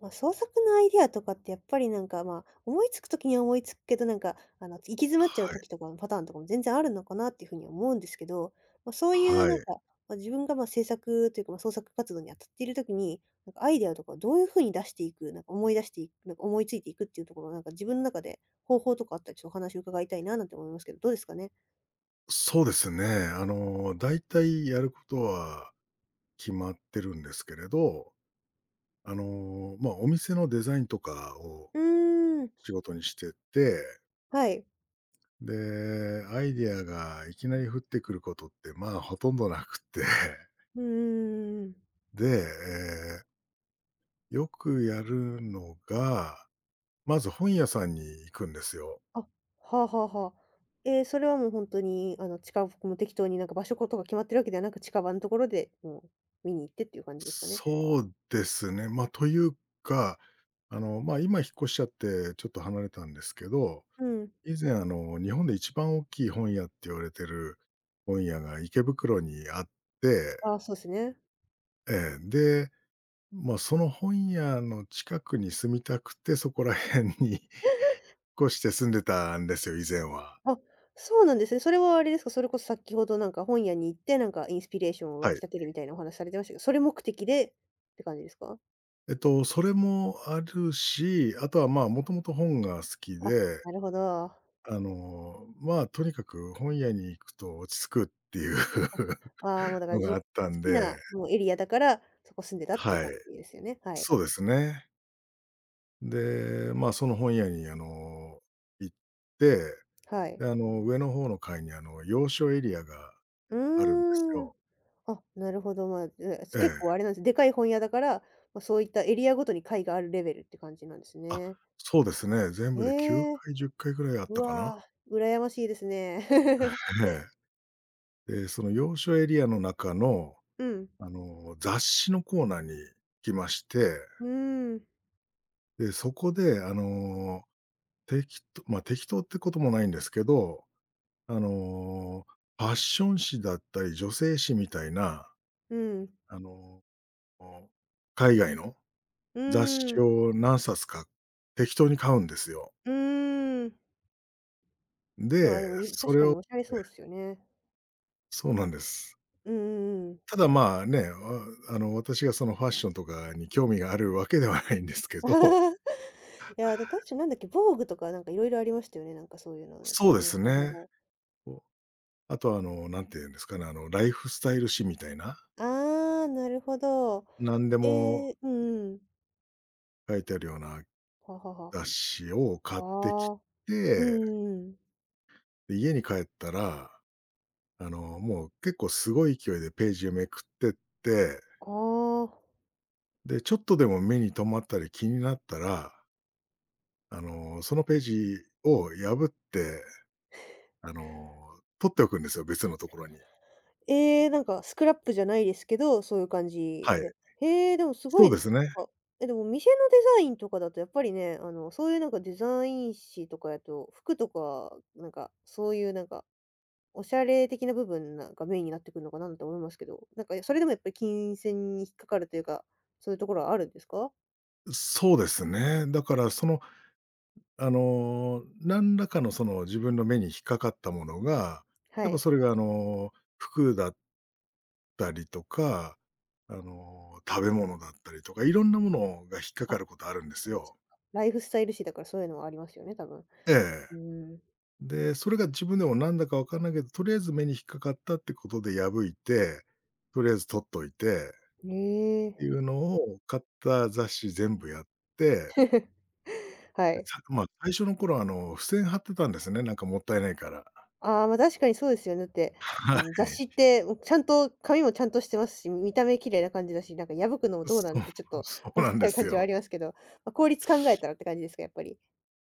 まあ、創作のアイデアとかってやっぱりなんか、思いつく時には思いつくけど、なんか、行き詰まっちゃうはい。時とかのパターンとかも全然あるのかなっていうふうには思うんですけど、まあ、そういうはなんい。か、まあ、自分が、制作というか、創作活動に当たっている時に、なんかアイデアとかをどういうふうに出していく、なんか思い出していく、なんか思いついていくっていうところ、なんか自分の中で方法とかあったらちょっとお話を伺いたいななんて思いますけど、どうですかね？そうですね。大体やることは決まってるんですけれど、まあ、お店のデザインとかをうーん、仕事にしてて、はい。で、アイデアがいきなり降ってくることって、まあ、ほとんどなくて、うーうん。で、ーよくやるのが、まず本屋さんに行くんですよ。あ、はあはあはあ。それはもう本当に、近くも適当になんか場所とか決まってるわけではなく、近場のところで、もう見に行ってっていう感じですかね。そうですね。というか、今引っ越しちゃってちょっと離れたんですけど、うん。以前、日本で一番大きい本屋って言われてる本屋が池袋にあって、ああ、そうですね。ええ、で、まあ、その本屋の近くに住みたくて、そこら辺に 引っ越して住んでたんですよ、以前は。あ、そうなんですね。それはあれですか、それこそ先ほどなんか本屋に行って、なんかインスピレーションを湧はきい。立てるみたいなお話されてましたけど、それ目的でって感じですか？それもあるし、あとは、まあ、もともと本が好きあ、で、なるほど。まあ、とにかく本屋に行くと落ち着くっていう ああ、もうだ からの自が分あっのた好んきで、なもうエリアだから、そこ住んでたっていうはい、感じですよね。はい。そうですね。で、まあ、その本屋に行って、はい。で、上の方の階に洋書エリアがうあるんですーん。よ。あ、なるほど。まあ、え、え結構あえ。れなんです、でかい本屋だから、まあ、そういったエリアごとに会があるレベルって感じなんですあ、ね。そうですね。全え部で9え、回、10回ぐらいあっうたかな。わー、羨ましいですね。ええ。で、その洋書エリアの中の、うん。雑誌のコーナーに来まして、うーん、で、そこで適当ってこともないんですけど、あの、ファッション誌だったり、女性誌みたいな、うん、あのあの、海外のう雑ー誌ん、を何冊か適当に買うんですよ。うーん。まあ、で、でも、いそ確かれを。にね、おしゃれそうですよね。そうなんです。うんうんうん。ただ、まあ、ね、私がそのファッションとかに興味があるわけではないんですけど、 いや、だ確かなんだっけ、防具とかなんかいろいろありましたよね、なんかそういうのねとそうかでね。すはいはいね。はい。こう、あと、なんて言うんですかね、ライフスタイル誌みたいな、ああ、なるほど。何でもえーうんうん。書いてあるようなははは。雑誌を買ってきああ、うんうて、んうん。で、家に帰ったら、もう結構すごい勢いでページをめくってって、ああ、で、ちょっとでも目に留まったり気になったら、そのページを破って、あの、取っておくんですよ、別のところに。ええ、なんかスクラップじゃないですけど、そういう感じはい。で。へえ、でもすごそういでですすね。なんか、え、でも店のデザインとかだとやっぱりね、そういうなんかデザイン誌とかやと、服とか、なんか、そういうなんか、おしゃれ的な部分なんかメインになってくるのかなとて思いますけど、なんかそれでもやっぱり金銭に引っかかるというか、そういうところはあるんですか？そうですね。だからその、何らかのその自分の目に引っかかったものが、はやっぱい。それが服だったりとか、食べ物だったりとか、いろんなものが引っかあ、かそることあるんですっかそっよ。か。ライフスタイル誌だからそういうのはありますよね、多分。ええ。うーん。で、それが自分でもなんだかわかんないけど、とりあえず目に引っかかったってことで破いて、とりあえず取っといてえっえ。ていうのを買った雑誌全部やって、はで、い。まあ、最初の頃、付箋貼ってたんですね、なんかもったいないから。ああ、ま、あ確かにそうですよね。だって、はあの雑誌っい。て、もうちゃんと紙もちゃんとしてますし、見た目綺麗な感じだし、なんか破くのもどうなそんう、てちょっとそう思っちなんゃでうす感じはあよ。りますけど、まあ、効率考えたらって感じですか、やっぱり。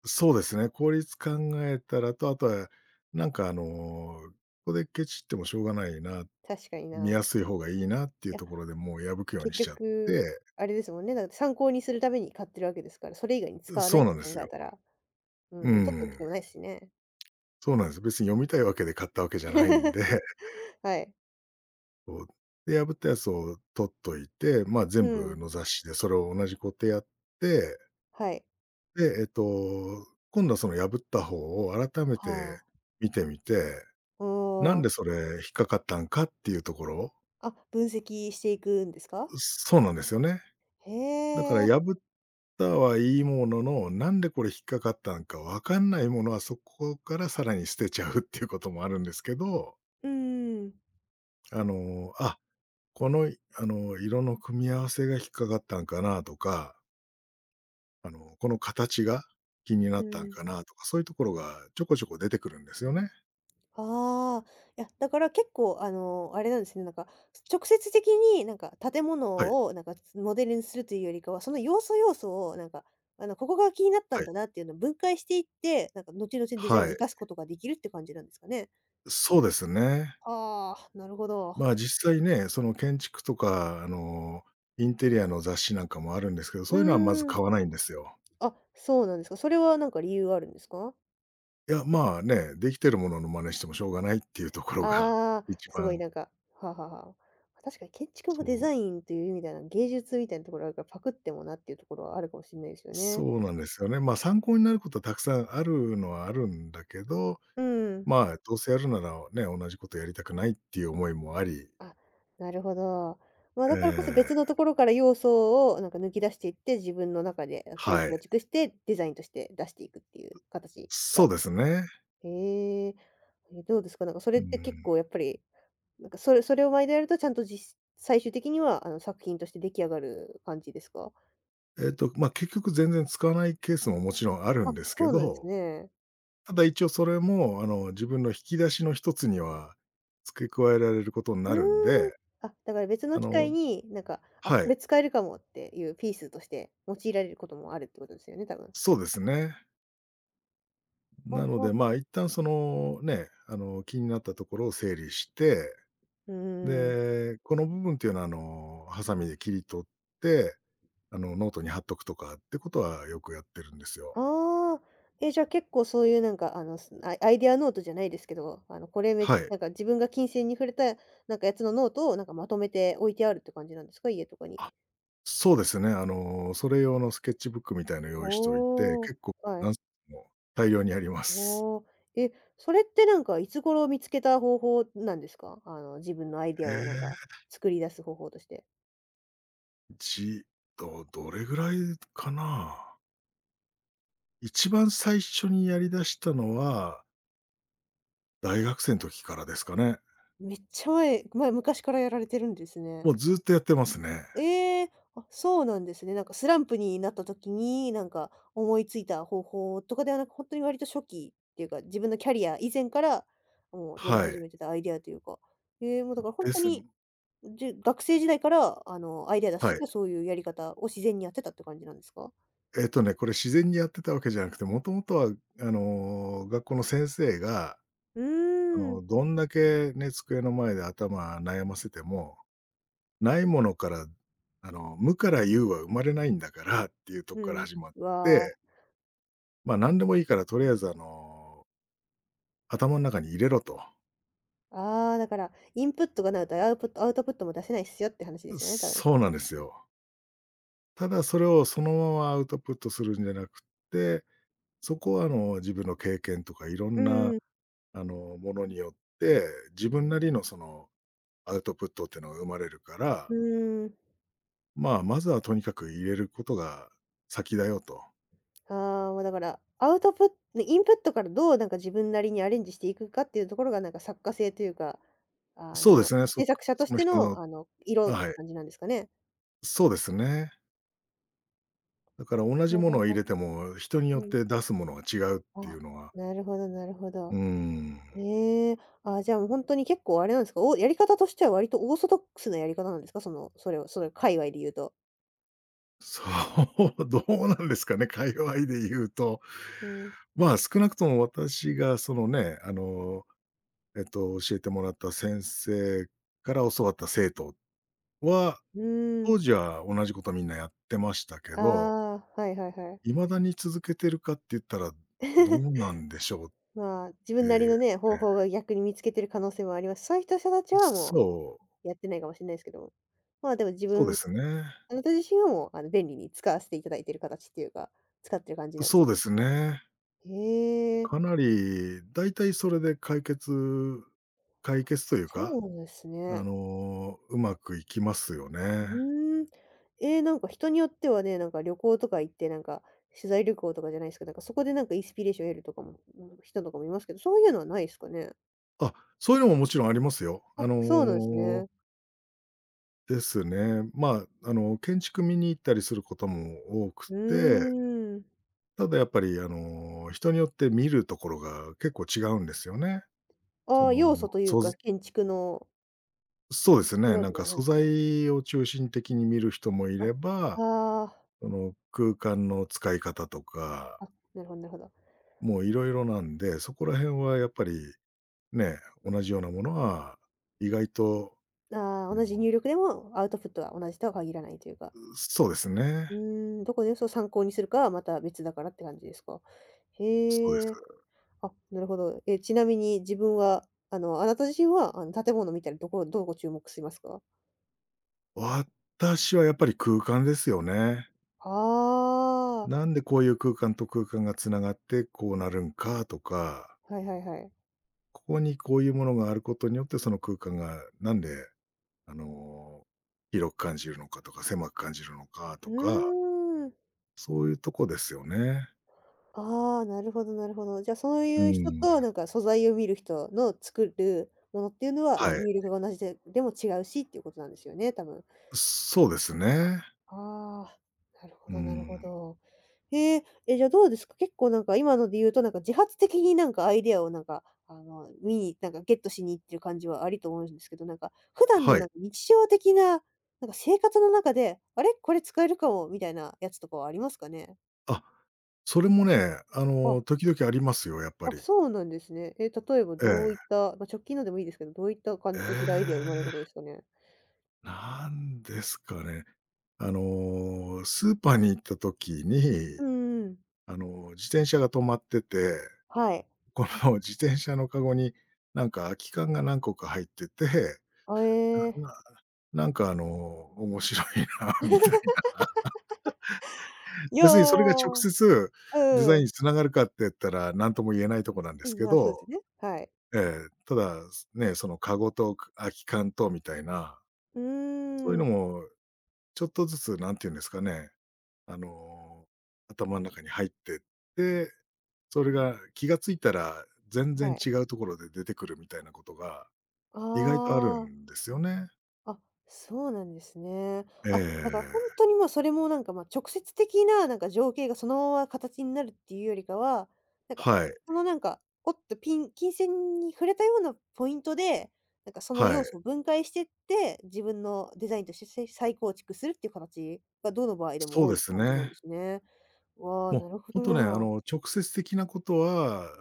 そうですね、効率考えたらと、あとはなんか、ここでケチってもしょうがないな、確かに見な。やすい方がいいなっていういや、ところでもう破くよう結にしちゃっ局、て、あれですもんね、だって参考にするために買ってるわけですから、それ以外に使わないそっうてなんです考えよ。たら、ううん、取っておくん。必要もないですしね。そうなんです。別に読みたいわけで買ったわけじゃないんで、はい。こう、で、破ったやつを取っといて、まあ、う全部ん。の雑誌でそれを同じ工程やって、はい。で、今度はその破った方を改めてはあ。見てみて、おなんーでそれ引っかかったんかっていうところ、あ、分析していくんですか？そうなんですよね。へだからえ。破ったはいいものの、なんでこれ引っかかったんかわかんないものはそこからさらに捨てちゃうっていうこともあるんですけど、うん。あの、あ、この色の組み合わせが引っかかったんかなとか、この形が気にうなったんん。かなとか、そういうところがちょこちょこ出てくるんですよね。ああ、いや、だから結構、あれなんですね、なんか、直接的になんか建はい、物をなんかモデルにするというよりかは、その要素要素をなんか、ここが気になったんはい、だなっていうのを分解していって、なんか後々デザインはにい。活かすことができるって感じなんですかね。そうですね。ああ、なるほど。まあ、実際ね、その建築とか、インテリアの雑誌なんかもあるんですけど、うそういうのはまずーん。買わないんですよ。あ、そうなんですか。それはなんか理由あるんですかいや、まあね、できてるものの真似してもしょうがないっていうところが ああー、一すごい番、なんか、はあはあはあ。確かに建築もデザそう、インという意味ではなんか芸術みたいなところがあるからパクってもなっていうところはあるかもしれないですよね。そうなんですよね。まあ、参考になることはたくさんあるのはあるんだけど、うん。まあ、どうせやるならね、同じことやりたくないっていう思いもあり、あ、なるほど。まあ、えだからこそ別のえ、ところから要素をなんか抜き出していって、自分の中で再は構い。築して、デザインとして出していくっていう形そが。うですね。へえ。え、どうですか？なんかそれうって結ん。構やっぱり、なんかそれを毎度やるとちゃんとじし最終的にはあの作品として出来上がる感じですか？まあ、結局全然使わないケースももちろんあるあ、んですそけうなんですど、ね。ただ一応それも自分の引き出しの一つには付け加えられることにうなるんーん。で、あ、だから別のあ機会のに、なんか、あ、はこい、れ使えるかもっていうピースとして用いられることもあるってことですよね、多分。そうですね。はあなのはで、あはまあ。あ、一旦そのね、気になったところを整理して、うーん。で、この部分っていうのは、ハサミで切り取って、ノートに貼っとくとかってことはよくやってるんですよ。ああ、え、じゃあ結構そういうなんかあの、すアイアイデアノートじゃないですけど、あのこれめはい。なんか自分が金銭に触れたなんかやつのノートをなんかまとめて置いてあるって感じなんですか？家とかに。あ、そうですね。それ用のスケッチブックみたいの用意しといて、おお、結構は何い。冊も大量にあります。おお。え、それってなんかいつ頃見つけた方法なんですか？あの自分のアイデえアをなんかえ、作り出す方法として。じどれぐらいかな。一番最初にやり出したのは、大学生の時からですかね。めっちゃ前昔からやられてるんですね。もうずっとやってますね。ええ、あ、そうなんですね。なんかスランプになった時に、なんか思いついた方法とかではなく、本当に割と初期っていうか、自分のキャリア以前から、もうやりは始い。めてたアイデアというか。ええ、もうだから本で当すに、じゅ学生時代から、アイデア出すは時い。はそういうやり方を自然にやってたって感じなんですか？これ自然にやってたわけじゃなくて、もともとは、学校の先生が、うーん、どんだけね、机の前で頭悩ませても、ないものから、無から有は生まれないんだからっていうとうこからん。始まっわて、あ、ま、何でもいいからとりあえず、頭の中に入れろと。ああ、だからインプットがないとアウトプットも出せないっすよって話ですよね、多分。そうなんですよ。ただそれをそのままアウトプットするんじゃなくて、そこは、自分の経験とかいろうんん、な、うものによって、自分なりのそのアウトプットっていうのが生まれるかーら、ん。まあ、まずはとにかく入れることが先だよと。ああ、もうだから、アウトプットインプットからどうなんか自分なりにアレンジしていくかっていうところがなんか作家性というか、そうですね、制作者としそのて人のの、色あ、っはてい。感じなんですかね？そうですね。だから同じほうもほうのをほ入れても、人によう。うっん。て出すものが違うっていあ、うのは、なるほどなるほど。うーん、ええ、あ、じゃあもう本当に結構あれなんですか、おやり方としては割とオーソドックスなやり方なんですか？その、それをそれ界隈で言うと。そう、どうなんですかね、界隈で言うと。うん。まあ、少なくとも私がそのね、教えてもらった先生から教わった生徒は、うー当ん。時は同じことみんなやってましたけあど、あ、はいはいはい。未だに続けてるかって言ったら、どう なんでしょうって、まあ、自分なりのね、方ええ。法が逆に見つけてる可能性もあります。そういう人たちはもそう、うやってないかもしれないですけども、まあ、でも自そうで分すね。あなた自身はもう、便利に使わせていただいている形っていうか、使ってる感じなんでそすうでね。すね。へえ、かなり、だいたいそれであ、解決というそか、うですね。うまくいきますよね。うーん。えー、なんか人によってはね、なんか旅行とか行って、なんか取材旅行とかじゃないですけど、なんかそこでなんかインスピレーションを得るとかも、うん、人とかもいますけど、そういうのはないですかね？あ、そういうのももちろんありますよ。あ、そうなんですね。ですね。まあ、建築見に行ったりすることも多くうて、ーん。ただやっぱり、人によって見るところが結構違うんですよね。あそあ、の、要素というそか、建築のそうです違ね。うなとんかかの話で素すかね？材を中心的に見る人もいあ、れば、ああ、その空間の使い方とか、あ、なるほどなるほど。もういろいろなんで、そこら辺はやっぱりね、同じようなものは意外と、あああ、同じの入力でもアウトプットが同じとは限らないというか。そうですうね。ーん、どこでそう参考にするかはまた別だからって感じですか。そうです。へえ。あ、なるほど。え、ちなみに自分は、あなた自身は、建物見たらどこどこ注目しますか？私はやっぱり空間ですよね。ああー、なんでこういう空間と空間がつながってこうなるんかとか、はいはいはい。ここにこういうものがあることによってその空間がなんであの、広く感じるのかとか、狭く感じるのかとうか、ーん。そういうとこですよね。ああ、なるほどなるほど。じゃ、そうういう人ーと、ん、なんか素材を見る人の作るものっていうのは、はい。入力が同じででも違うしっていうことなんですよね、多分。そうですね。ああ、なるほうどなるほん、ど。へえ、え、じゃあどうですか？結構なんか今ので言うと、なんか自発的になんかアイデアをなんか、見になんかゲットしに行ってる感じはありと思うんですけど、なんか、普段のはない。んか日常的な、なんか生活の中で、あれ、これ使えるかもみたいなやつとかはありますかね？あ、それもね、あ、時々ありますよ、やっぱあ、り。そうなんですね。え、例えばえどういっえ。た、まあ、直近のでもいいですけど、どういったえ形でアイデアが生え、まれることですかね？なんですかね。スーパーに行った時うに、んうん。自転車が止まってて、はい。この 自転車のカゴに、なんか空き缶が何個か入ってて、あ、ええ。なんか面白いな みたいな。いや別にそれが直ー、接デザイうンん。に繋がるかって言ったら、何とも言えないとこなんでうすん、けまあ、そうでど、すね。はい。ええ、ただ、ね、そのかごと空き缶とみたいな、うーそういうのん、もちょっとずつなんて言うんですかね、あの、頭の中に入ってって、それが気がついたら全は然い。違うところで出てくるみたいなことがあ意外とあるあ、んですよね。あ、そうなんですね。えあ、だから本当え。にもうそれもなんか、ま、直接的ななんか情景がそのまま形になるっていうよりかは、なんか、はい、そのなんか、おっとピン金線に触れたようなポイントで、なんかそのは要い。素を分解してって、自分のデザインとして再再構築するっていう形がどの場合でもそう多いでってす感じなんね。ですね。わあ、もなるほう、どね、な。直接的なことは、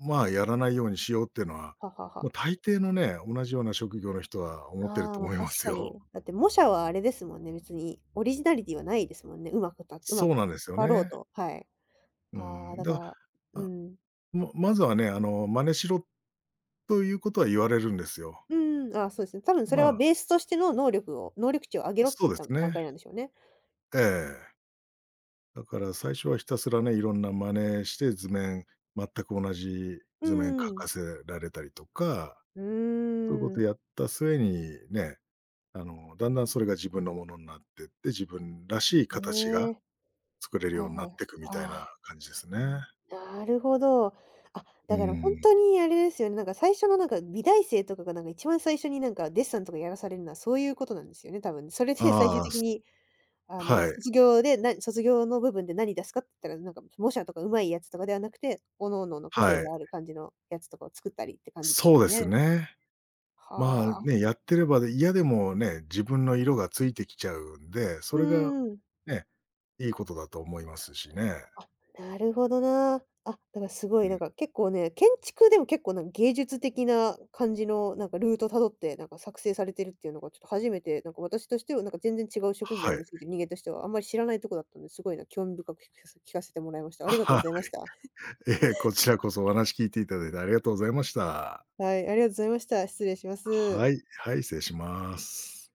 まあ、やらないようにしようっていうのは、ははまは。あ、大抵のね、同じような職業の人は思ってるああ、とま、思いま確すかに。よ。だって模写はあれですもんね、別にオリジナリティはないですもんね。うまくたうまくそうなんですよ変わろうね。と、はい。うああ、ん。だかだから、うら、あ、ん。まずはね、真似しろということは言われるんですよ。うんうんあーそうですね。多分それまはあ、ベースとしての能力を能力値を上げろってそいううで段す段ね。階なんでしょうね。ええ。だから最初はひたすらね、いろんな真似して図面全く同じう図面んう描ん。かせられたりとか、ーそういうことん。やった末にね、だんだんそれが自分のものになってって、自分らしい形がねえ。作れるはいようになはっい。ていくみたいなあ感じですね。あ、なるほど。あ、うだから本ん。当にあれですよね、なんか最初のなんか美大生とかがなんか一番最初になんかデッサンとかやらされるのはそういうことなんですよね、多分。それで最終ああ、的にはい、卒業で、な卒業の部分で何出すかって言ったら、なんか模写とか上手いやつとかではなくて、各々の個性はい。がある感じのやつとかを作ったりって感じですそもうんですね。ね。まあ、はあ。ね、やってればで嫌でもね、自分の色がついてきちゃうんで、うそれがーん。ね、いいことだと思いますしね。あ、なるほどな。あ、だからすごういなんん。か結構ね、建築でも結構なんか芸術的な感じのなんかルート辿って、なんか作成されてるっていうのがちょっと初めて、なんか私としてはなんか全然違う職は業い。について、人間としてはあんまり知らないとこだったんで、すごいな、興味深く聞かせ聞かせてもらいまし た。ありがとうごはざいまい。した。ええ、こちらこそお話聞いていただいてありがとうございました。はい、ありがとうございました。失礼します。はい、はい、失礼します。